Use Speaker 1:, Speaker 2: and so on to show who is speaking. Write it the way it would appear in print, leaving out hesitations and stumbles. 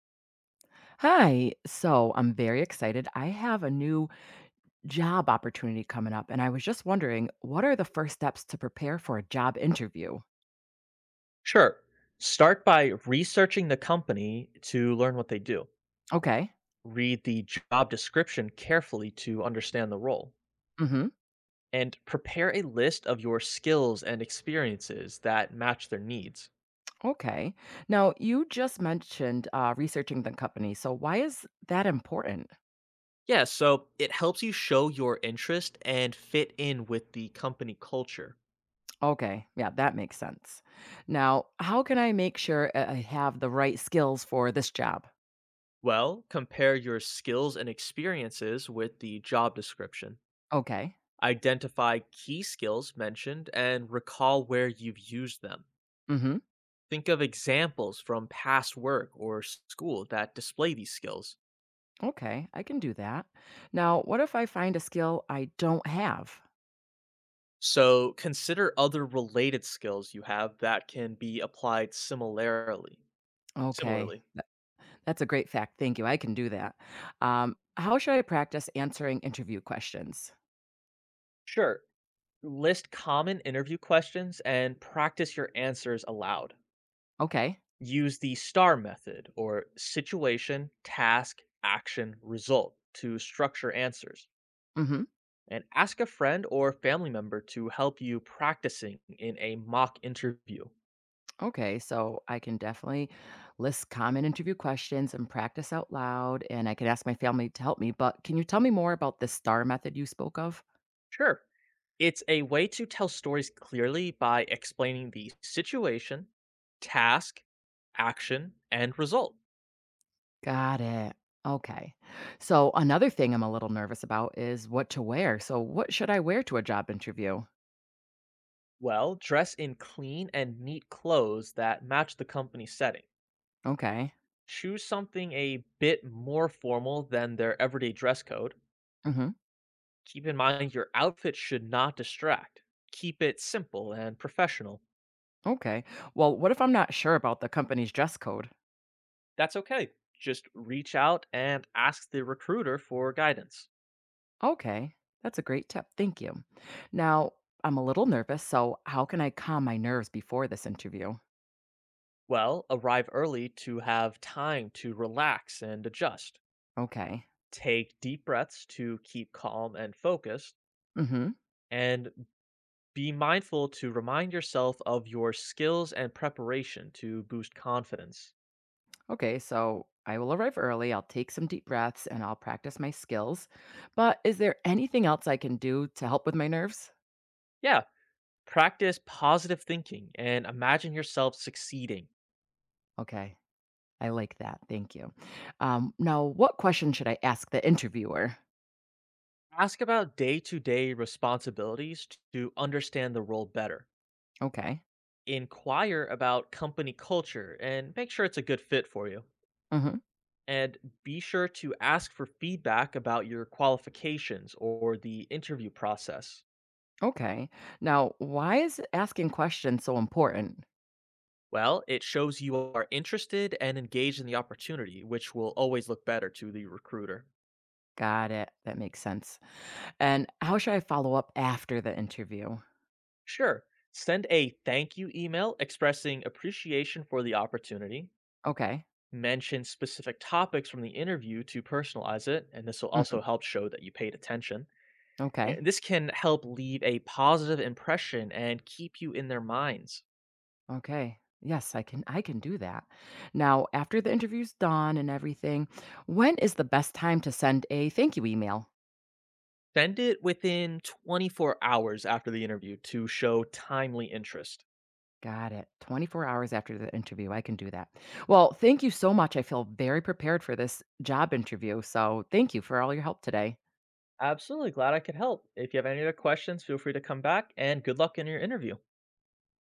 Speaker 1: Hi. So I'm very excited. I have a new job opportunity coming up, and I was just wondering, what are the first steps to prepare for a job interview?
Speaker 2: Sure. Start by researching the company to learn what they do.
Speaker 1: Okay.
Speaker 2: Read the job description carefully to understand the role,
Speaker 1: Mm-hmm.
Speaker 2: and prepare a list of your skills and experiences that match their needs.
Speaker 1: Okay. Now, you just mentioned researching the company. So why is that important?
Speaker 2: Yeah, so it helps you show your interest and fit in with the company culture.
Speaker 1: Okay. Yeah, that makes sense. Now, how can I make sure I have the right skills for this job?
Speaker 2: Well, compare your skills and experiences with the job description.
Speaker 1: Okay.
Speaker 2: Identify key skills mentioned and recall where you've used them.
Speaker 1: Mm-hmm.
Speaker 2: Think of examples from past work or school that display these skills.
Speaker 1: Okay. I can do that. Now, what if I find a skill I don't have?
Speaker 2: So consider other related skills you have that can be applied similarly.
Speaker 1: Okay.
Speaker 2: Similarly.
Speaker 1: That's a great fact, thank you, I can do that. How should I practice answering interview questions?
Speaker 2: Sure. List common interview questions and practice your answers aloud.
Speaker 1: Okay.
Speaker 2: Use the STAR method, or situation, task, action, result, to structure answers.
Speaker 1: Mhm.
Speaker 2: And ask a friend or family member to help you practicing in a mock interview.
Speaker 1: Okay, so I can definitely list common interview questions and practice out loud, and I can ask my family to help me, but can you tell me more about the STAR method you spoke of?
Speaker 2: Sure. It's a way to tell stories clearly by explaining the situation, task, action, and result.
Speaker 1: Got it. Okay. So another thing I'm a little nervous about is what to wear. So what should I wear to a job interview?
Speaker 2: Well, dress in clean and neat clothes that match the company setting.
Speaker 1: Okay.
Speaker 2: Choose something a bit more formal than their everyday dress code.
Speaker 1: Mhm.
Speaker 2: Keep in mind your outfit should not distract. Keep it simple and professional.
Speaker 1: Okay. Well, what if I'm not sure about the company's dress code?
Speaker 2: That's okay. Just reach out and ask the recruiter for guidance.
Speaker 1: Okay, that's a great tip. Thank you. Now, I'm a little nervous, so how can I calm my nerves before this interview?
Speaker 2: Well, arrive early to have time to relax and adjust.
Speaker 1: Okay.
Speaker 2: Take deep breaths to keep calm and focused.
Speaker 1: Mm-hmm.
Speaker 2: And be mindful to remind yourself of your skills and preparation to boost confidence.
Speaker 1: Okay, so I will arrive early. I'll take some deep breaths and I'll practice my skills. But is there anything else I can do to help with my nerves?
Speaker 2: Yeah, practice positive thinking and imagine yourself succeeding.
Speaker 1: Okay, I like that. Thank you. Now, what question should I ask the interviewer?
Speaker 2: Ask about day to day responsibilities to understand the role better.
Speaker 1: Okay.
Speaker 2: Inquire about company culture and make sure it's a good fit for you.
Speaker 1: Mm-hmm.
Speaker 2: And be sure to ask for feedback about your qualifications or the interview process.
Speaker 1: Okay. Now, why is asking questions so important?
Speaker 2: Well, it shows you are interested and engaged in the opportunity, which will always look better to the recruiter.
Speaker 1: Got it. That makes sense. And how should I follow up after the interview?
Speaker 2: Sure, send a thank you email expressing appreciation for the opportunity.
Speaker 1: Okay.
Speaker 2: Mention specific topics from the interview to personalize it, and this will
Speaker 1: Mhm.
Speaker 2: also help show that you paid attention.
Speaker 1: Okay.
Speaker 2: And this can help leave a positive impression and keep you in their minds.
Speaker 1: Okay. Yes, I can do that. Now, after the interview's done and everything, when is the best time to send a thank you email?
Speaker 2: Send it within 24 hours after the interview to show timely interest.
Speaker 1: Got it. 24 hours after the interview, I can do that. Well, thank you so much. I feel very prepared for this job interview. So, thank you for all your help today.
Speaker 2: Absolutely, glad I could help. If you have any other questions, feel free to come back, and good luck in your interview.